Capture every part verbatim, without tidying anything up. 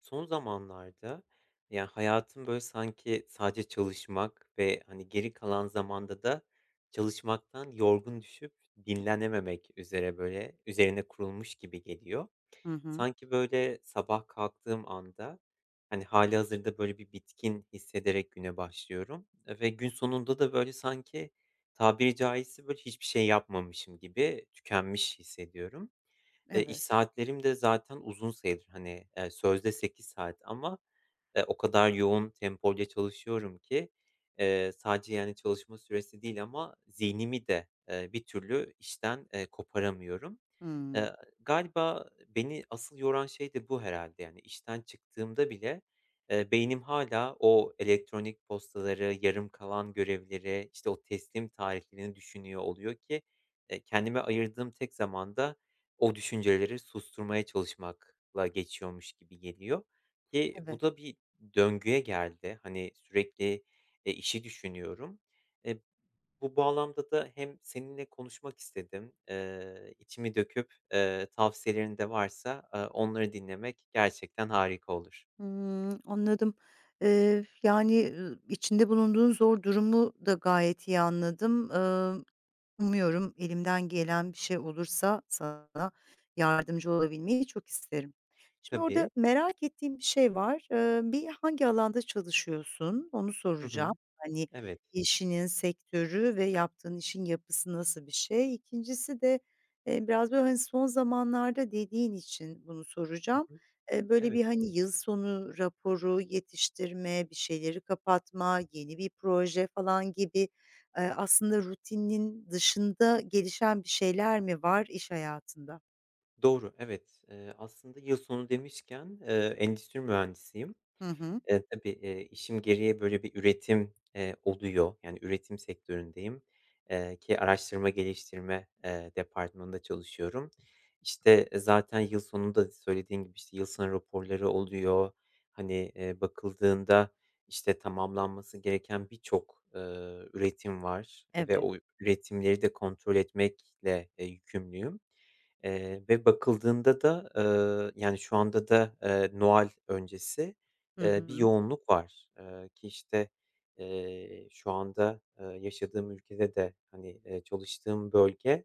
Son zamanlarda, yani hayatım, böyle, sanki sadece çalışmak ve, hani, geri kalan zamanda da çalışmaktan yorgun düşüp dinlenememek üzere, böyle, üzerine kurulmuş gibi geliyor. Hı hı. Sanki, böyle, sabah kalktığım anda, hani, halihazırda böyle, bir bitkin hissederek güne başlıyorum ve gün sonunda da, böyle, sanki tabiri caizse, böyle, hiçbir şey yapmamışım gibi tükenmiş hissediyorum. Eee, iş Evet. saatlerim de zaten uzun sayılır. Hani, eee, sözde sekiz saat ama, eee, o kadar yoğun tempoyla çalışıyorum ki, eee, sadece, yani, çalışma süresi değil ama zihnimi de, eee, bir türlü işten, eee, koparamıyorum. Hımm. Eee, galiba beni asıl yoran şey de bu herhalde. Yani, işten çıktığımda bile, eee, beynim hala o elektronik postaları, yarım kalan görevleri, işte, o teslim tarihlerini düşünüyor oluyor ki, eee, kendime ayırdığım tek zamanda. O düşünceleri susturmaya çalışmakla geçiyormuş gibi geliyor ki bu Evet. da bir döngüye geldi. Hani, sürekli, eee, işi düşünüyorum. Eee, bu bağlamda da hem seninle konuşmak istedim. Eee, içimi döküp, eee, tavsiyelerin de varsa, eee, onları dinlemek gerçekten harika olur. Hımm, anladım. Eee, yani, ııı, içinde bulunduğun zor durumu da gayet iyi anladım. Iıı Umuyorum elimden gelen bir şey olursa sana yardımcı olabilmeyi çok isterim. Şimdi Tabii. orada merak ettiğim bir şey var. Eee, bir hangi alanda çalışıyorsun? Onu Hı soracağım. hı. Hani, Evet. işinin sektörü ve yaptığın işin yapısı nasıl bir şey? İkincisi de, eee, biraz böyle, hani, son zamanlarda dediğin için bunu Hı soracağım. hı. Eee, böyle Evet. bir, hani, yıl sonu raporu yetiştirme, bir şeyleri kapatma, yeni bir proje falan gibi. Eee, aslında rutinin dışında gelişen bir şeyler mi var iş hayatında? Doğru, evet. Eee, aslında yıl sonu demişken, eee, endüstri mühendisiyim. Hı hı. Eee, tabii, eee, işim gereği böyle bir üretim, eee, oluyor. Yani üretim sektöründeyim, eee, ki araştırma geliştirme, eee, departmanında çalışıyorum. İşte, eee, zaten yıl sonunda söylediğin gibi, işte, yıl sonu raporları oluyor. Hani, eee, bakıldığında, işte, tamamlanması gereken birçok, ııı, üretim var ve Evet. o üretimleri de kontrol etmekle, eee, yükümlüyüm. Eee, ve bakıldığında da, ııı, yani şu anda da, eee, Noel öncesi Hı Eee, bir hı. yoğunluk var, eee, ki, işte, eee, şu anda, eee, yaşadığım ülkede de, hani, eee, çalıştığım bölge,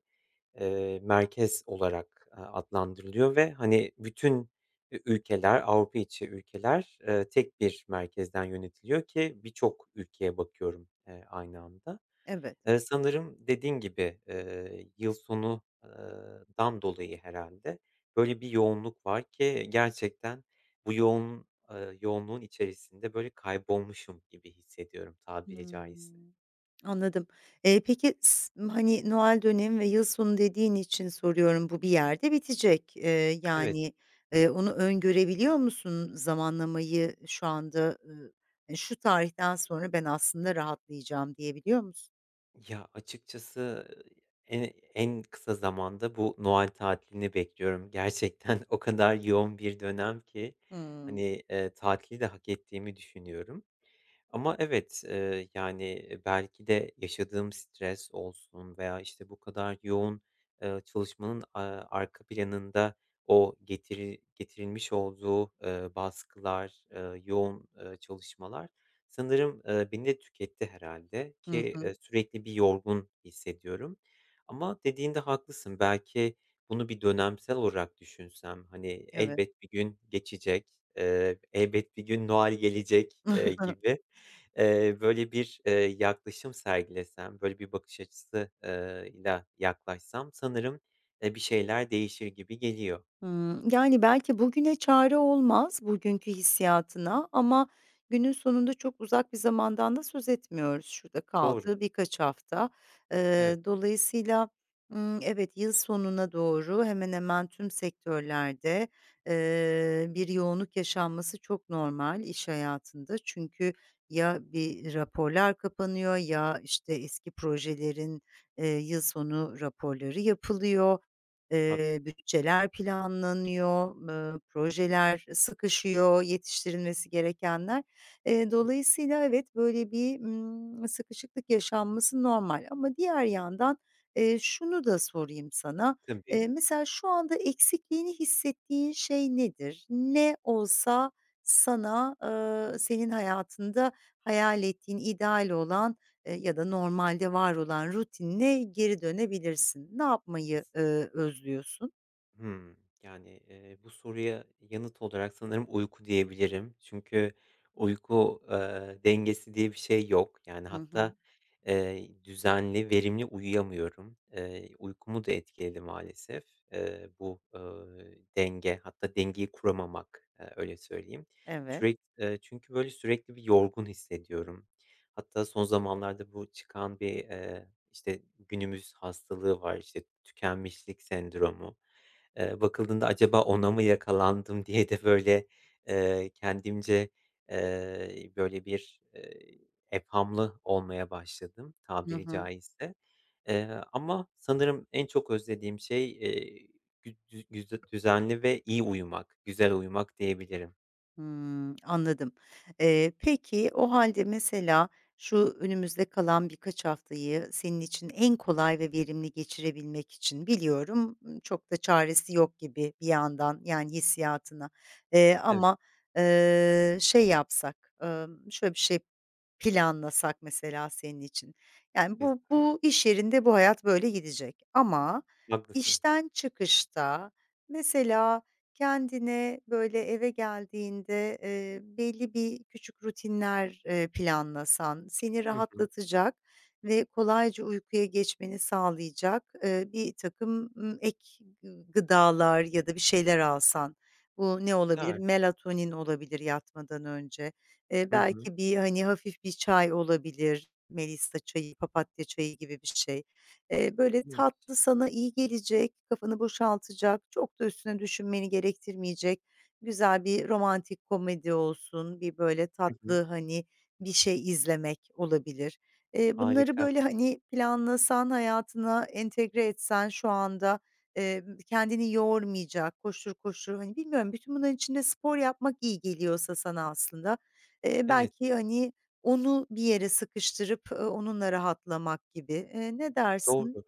eee, merkez olarak, eee, adlandırılıyor ve, hani, bütün ü ülkeler, Avrupa içi ülkeler, eee, tek bir merkezden yönetiliyor ki birçok ülkeye bakıyorum, eee, aynı anda. Evet. Eee, sanırım dediğin gibi, eee, yıl sonu ııı, dan dolayı herhâlde böyle bir yoğunluk var ki gerçekten bu yoğun eee, yoğunluğun içerisinde böyle kaybolmuşum gibi hissediyorum tabiri caizse. Hımm, anladım. Eee, peki, s hani, Noel dönemi ve yıl sonu dediğin için soruyorum, bu bir yerde bitecek. Eee, Evet, yani, eee, onu öngörebiliyor musun zamanlamayı şu anda? Iıı, hani, "Şu tarihten sonra ben aslında rahatlayacağım." diyebiliyor musun? ya, açıkçası en en kısa zamanda bu Noel tatilini bekliyorum. Gerçekten o kadar yoğun bir dönem ki, Hımm. hani, eee, tatili de hak ettiğimi düşünüyorum. Ama evet, eee, yani, belki de yaşadığım stres olsun veya, işte, bu kadar yoğun, eee, çalışmanın, aaa, arka planında o getiri getirilmiş olduğu, eee, baskılar, eee, yoğun, eee, çalışmalar sanırım, eee, beni de tüketti herhalde ki, Hı eee, hı. sürekli bir yorgun hissediyorum. Ama dediğin de haklısın. Belki bunu bir dönemsel olarak düşünsem, hani, Evet. elbet bir gün geçecek, eee, elbet bir gün Noel gelecek, eee, gibi Eee, böyle, bir, eee, yaklaşım sergilesem, böyle, bir bakış açısı eee, ile yaklaşsam sanırım, eee, bir şeyler değişir gibi geliyor. Hımm. Yani, belki bugüne çare olmaz, bugünkü hissiyatına ama günün sonunda çok uzak bir zamandan da söz etmiyoruz. Şurada Doğru. kaldı birkaç hafta. Evet, Eee, dolayısıyla, ımm, evet, yıl sonuna doğru hemen hemen tüm sektörlerde, eee, bir yoğunluk yaşanması çok normal iş hayatında. Çünkü ya bir raporlar kapanıyor ya, işte, eski projelerin, eee, yıl sonu raporları yapılıyor. haklı Eee, bütçeler planlanıyor, eee, projeler sıkışıyor, yetiştirilmesi gerekenler. Eee, dolayısıyla evet, böyle bir, ımm, sıkışıklık yaşanması normal ama diğer yandan, eee, şunu da sorayım sana. tabii. Eee, mesela şu anda eksikliğini hissettiğin şey nedir? Ne olsa sana, eee, senin hayatında hayal ettiğin ideal olan, Eee, ya da normalde var olan rutinine geri dönebilirsin. Ne yapmayı, eee, özlüyorsun? Hımm. Yani, eee, bu soruya yanıt olarak sanırım uyku diyebilirim. Çünkü uyku, eee, dengesi diye bir şey yok. Yani, Hı hı. hatta, eee, düzenli, verimli uyuyamıyorum. Eee, uykumu da etkiledi maalesef, eee, bu, eee, denge, hatta dengeyi kuramamak, eee, öyle söyleyeyim. Evet. Sürek eee, çünkü, böyle, sürekli bir yorgun hissediyorum. Hatta son zamanlarda bu çıkan bir, eee, işte, günümüz hastalığı var, işte, tükenmişlik sendromu. Eee, bakıldığında acaba ona mı yakalandım diye de böyle, eee, kendimce, eee, böyle bir, eee, evhamlı olmaya başladım Hı tabiri hı. caizse. Eee, ama sanırım en çok özlediğim şey, eee, gü dü güze düzenli ve iyi uyumak, güzel uyumak diyebilirim. Hımm, anladım. Eee, peki, o halde mesela şu önümüzde kalan birkaç haftayı senin için en kolay ve verimli geçirebilmek için biliyorum, ımm, çok da çaresi yok gibi bir yandan, yani, hissiyatına, eee, Evet, ama, eee, şey yapsak, ımm, şöyle bir şey planlasak mesela senin için. Yani, bu güzel. bu iş yerinde bu hayat böyle gidecek ama Haklısın. işten çıkışta mesela kendine, böyle, eve geldiğinde, eee, belli bir küçük rutinler, eee, planlasan, seni Hı hı. rahatlatacak ve kolayca uykuya geçmeni sağlayacak, e, bir takım ımm, ek gıdalar ya da bir şeyler alsan. Bu ne olabilir? Güzel. Melatonin olabilir yatmadan önce. Eee, Hı hı. belki bir, hani, hafif bir çay olabilir, melisa çayı, papatya çayı gibi bir şey. Eee, böyle iyiymiş. tatlı, sana iyi gelecek, kafanı boşaltacak, çok da üstüne düşünmeni gerektirmeyecek güzel bir romantik komedi olsun, bir böyle Hı tatlı, hı. hani, bir şey izlemek olabilir. Eee, bunları Harika. böyle, hani, planlasan, hayatına entegre etsen şu anda, emm, kendini yormayacak, koştur koştur, hani, bilmiyorum bütün bunların içinde spor yapmak iyi geliyorsa sana aslında, eee, Evet, belki, hani, onu bir yere sıkıştırıp, ııı, onunla rahatlamak gibi. Eee, ne dersin? doğru.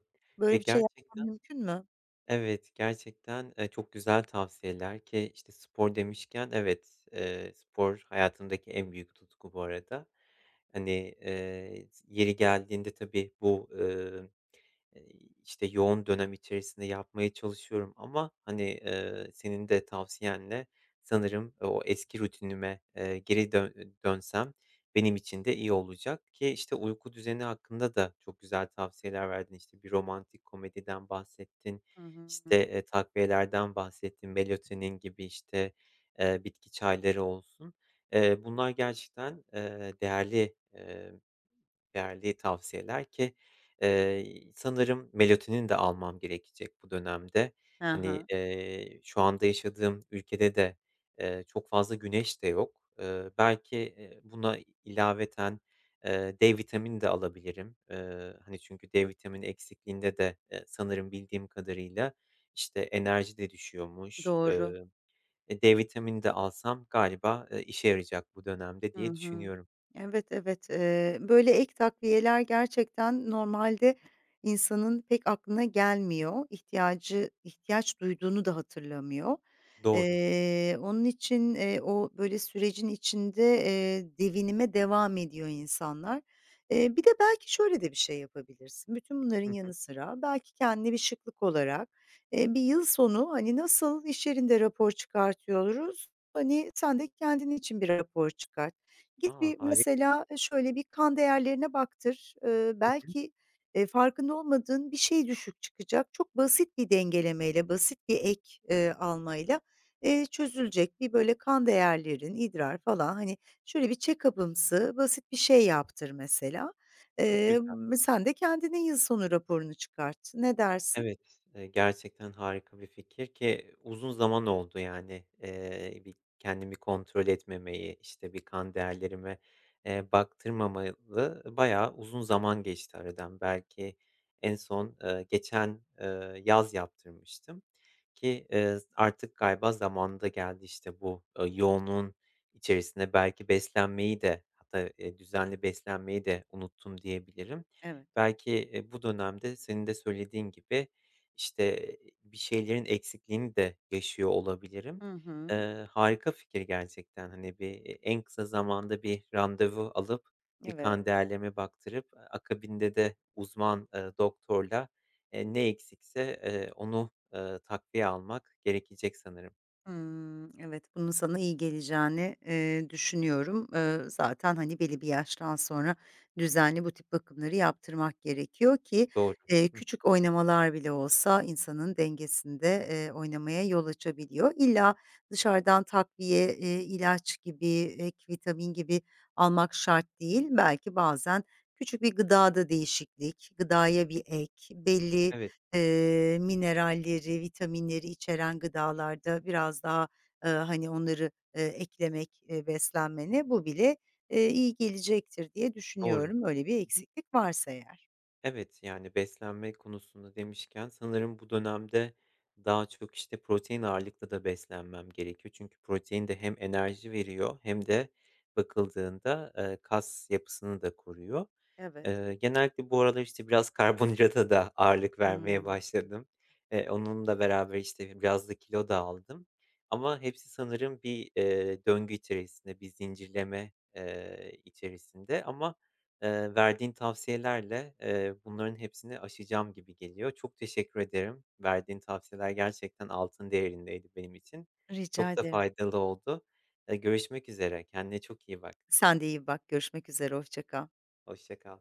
Ya, Böyle bir şey yapman gerçekten. mümkün mü? Evet, gerçekten, eee, çok güzel tavsiyeler ki, işte, spor demişken evet, eee, spor hayatımdaki en büyük tutku bu arada. Hani, eee, yeri geldiğinde tabii bu, Eee, işte, yoğun dönem içerisinde yapmaya çalışıyorum ama, hani, eee, senin de tavsiyenle sanırım o eski rutinime, eee, geri dön dönsem benim için de iyi olacak ki, işte, uyku düzeni hakkında da çok güzel tavsiyeler verdin. İşte, bir romantik komediden bahsettin, Hı hı. işte, eee, takviyelerden bahsettin, melatonin gibi, işte, eee, bitki çayları olsun. Eee, bunlar gerçekten, eee, değerli, değerli tavsiyeler ki, eee, sanırım melatonin de almam gerekecek bu dönemde. Hı Hani, hı. eee, şu anda yaşadığım ülkede de, eee, çok fazla güneş de yok. Eee, belki, eee, buna ilaveten, eee, de vitamini de alabilirim. Eee, hani, çünkü de vitamini eksikliğinde de, eee, sanırım bildiğim kadarıyla, işte, enerji de düşüyormuş. Doğru. Eee, e, de vitamini de alsam galiba, eee, işe yarayacak bu dönemde Hı diye hı. düşünüyorum. Evet, evet. Eee, böyle ek takviyeler gerçekten normalde insanın pek aklına gelmiyor. İhtiyacı ihtiyaç duyduğunu da hatırlamıyor. Doğru. Eee, onun için, eee, o böyle sürecin içinde, eee, devinime devam ediyor insanlar. Eee, bir de belki şöyle de bir şey yapabilirsin. Bütün Hı bunların yanı hı. sıra belki kendine bir şıklık olarak, eee, bir yıl sonu, hani, nasıl iş yerinde rapor çıkartıyoruz, hani, sen de kendin için bir rapor çıkart. Git A, bir harik mesela, e, şöyle bir kan değerlerine baktır. Eee, belki, eee, farkında olmadığın bir şey düşük çıkacak. Çok basit bir dengelemeyle, basit bir ek, eee, almayla, eee, çözülecek. Bir böyle kan değerlerin, idrar falan, hani, şöyle bir check-up'ımsı basit bir şey yaptır mesela. Çok Eee, güzel. sen de kendine yıl sonu raporunu çıkart. Ne dersin? Evet, eee, gerçekten harika bir fikir ki uzun zaman oldu yani, eee, bir kendimi kontrol etmemeyi, işte, bir kan değerlerime, eee, baktırmamalı bayağı uzun zaman geçti aradan. Belki en son, eee, geçen, eee, yaz yaptırmıştım ki, eee, artık galiba zamanı da geldi, işte, bu, eee, yoğunluğun içerisinde belki beslenmeyi de hatta, eee, düzenli beslenmeyi de unuttum diyebilirim. Evet. Belki, eee, bu dönemde senin de söylediğin gibi, işte, e, bir şeylerin eksikliğini de yaşıyor olabilirim. Hı hı. Eee, harika fikir gerçekten. Hani, bir, eee, en kısa zamanda bir randevu alıp, bir kan Evet. değerlerime baktırıp, aaa, akabinde de uzman, eee, doktorla, eee, ne eksikse, eee, onu, eee, takviye almak gerekecek sanırım. Hımm, evet, bunun sana iyi geleceğini, eee, düşünüyorum. Eee, zaten, hani, belli bir yaştan sonra düzenli bu tip bakımları yaptırmak gerekiyor ki, Doğru. eee, Hıh. küçük oynamalar bile olsa insanın dengesinde, eee, oynamaya yol açabiliyor. İlla dışarıdan takviye, eee, ilaç gibi, ek vitamin gibi almak şart değil. Belki bazen küçük bir gıdada değişiklik, gıdaya bir ek, belli, Evet, Eee, mineralleri, vitaminleri içeren gıdalarda biraz daha, eee, hani, onları, eee, eklemek, eee, beslenmene bu bile, eee, iyi gelecektir diye doğru. düşünüyorum, öyle bir eksiklik varsa eğer. Evet, yani beslenme konusunda demişken sanırım bu dönemde daha çok, işte, protein ağırlıklı da beslenmem gerekiyor. Çünkü protein de hem enerji veriyor hem de bakıldığında, eee, kas yapısını da koruyor. Evet. Eee, genellikle bu aralar, işte, biraz karbonhidrata da ağırlık vermeye Hımm. başladım. Eee, onunla beraber, işte, biraz da kilo da aldım ama hepsi sanırım bir, eee, döngü içerisinde, bir zincirleme, eee, içerisinde ama, eee, verdiğin tavsiyelerle, eee, bunların hepsini aşacağım gibi geliyor. Çok teşekkür ederim. Verdiğin tavsiyeler gerçekten altın değerindeydi benim için. Rica Çok da ederim. faydalı oldu. Eee, görüşmek üzere. Kendine çok iyi bak. Sen de iyi bak, görüşmek üzere, hoşça kal. Hoşça kal.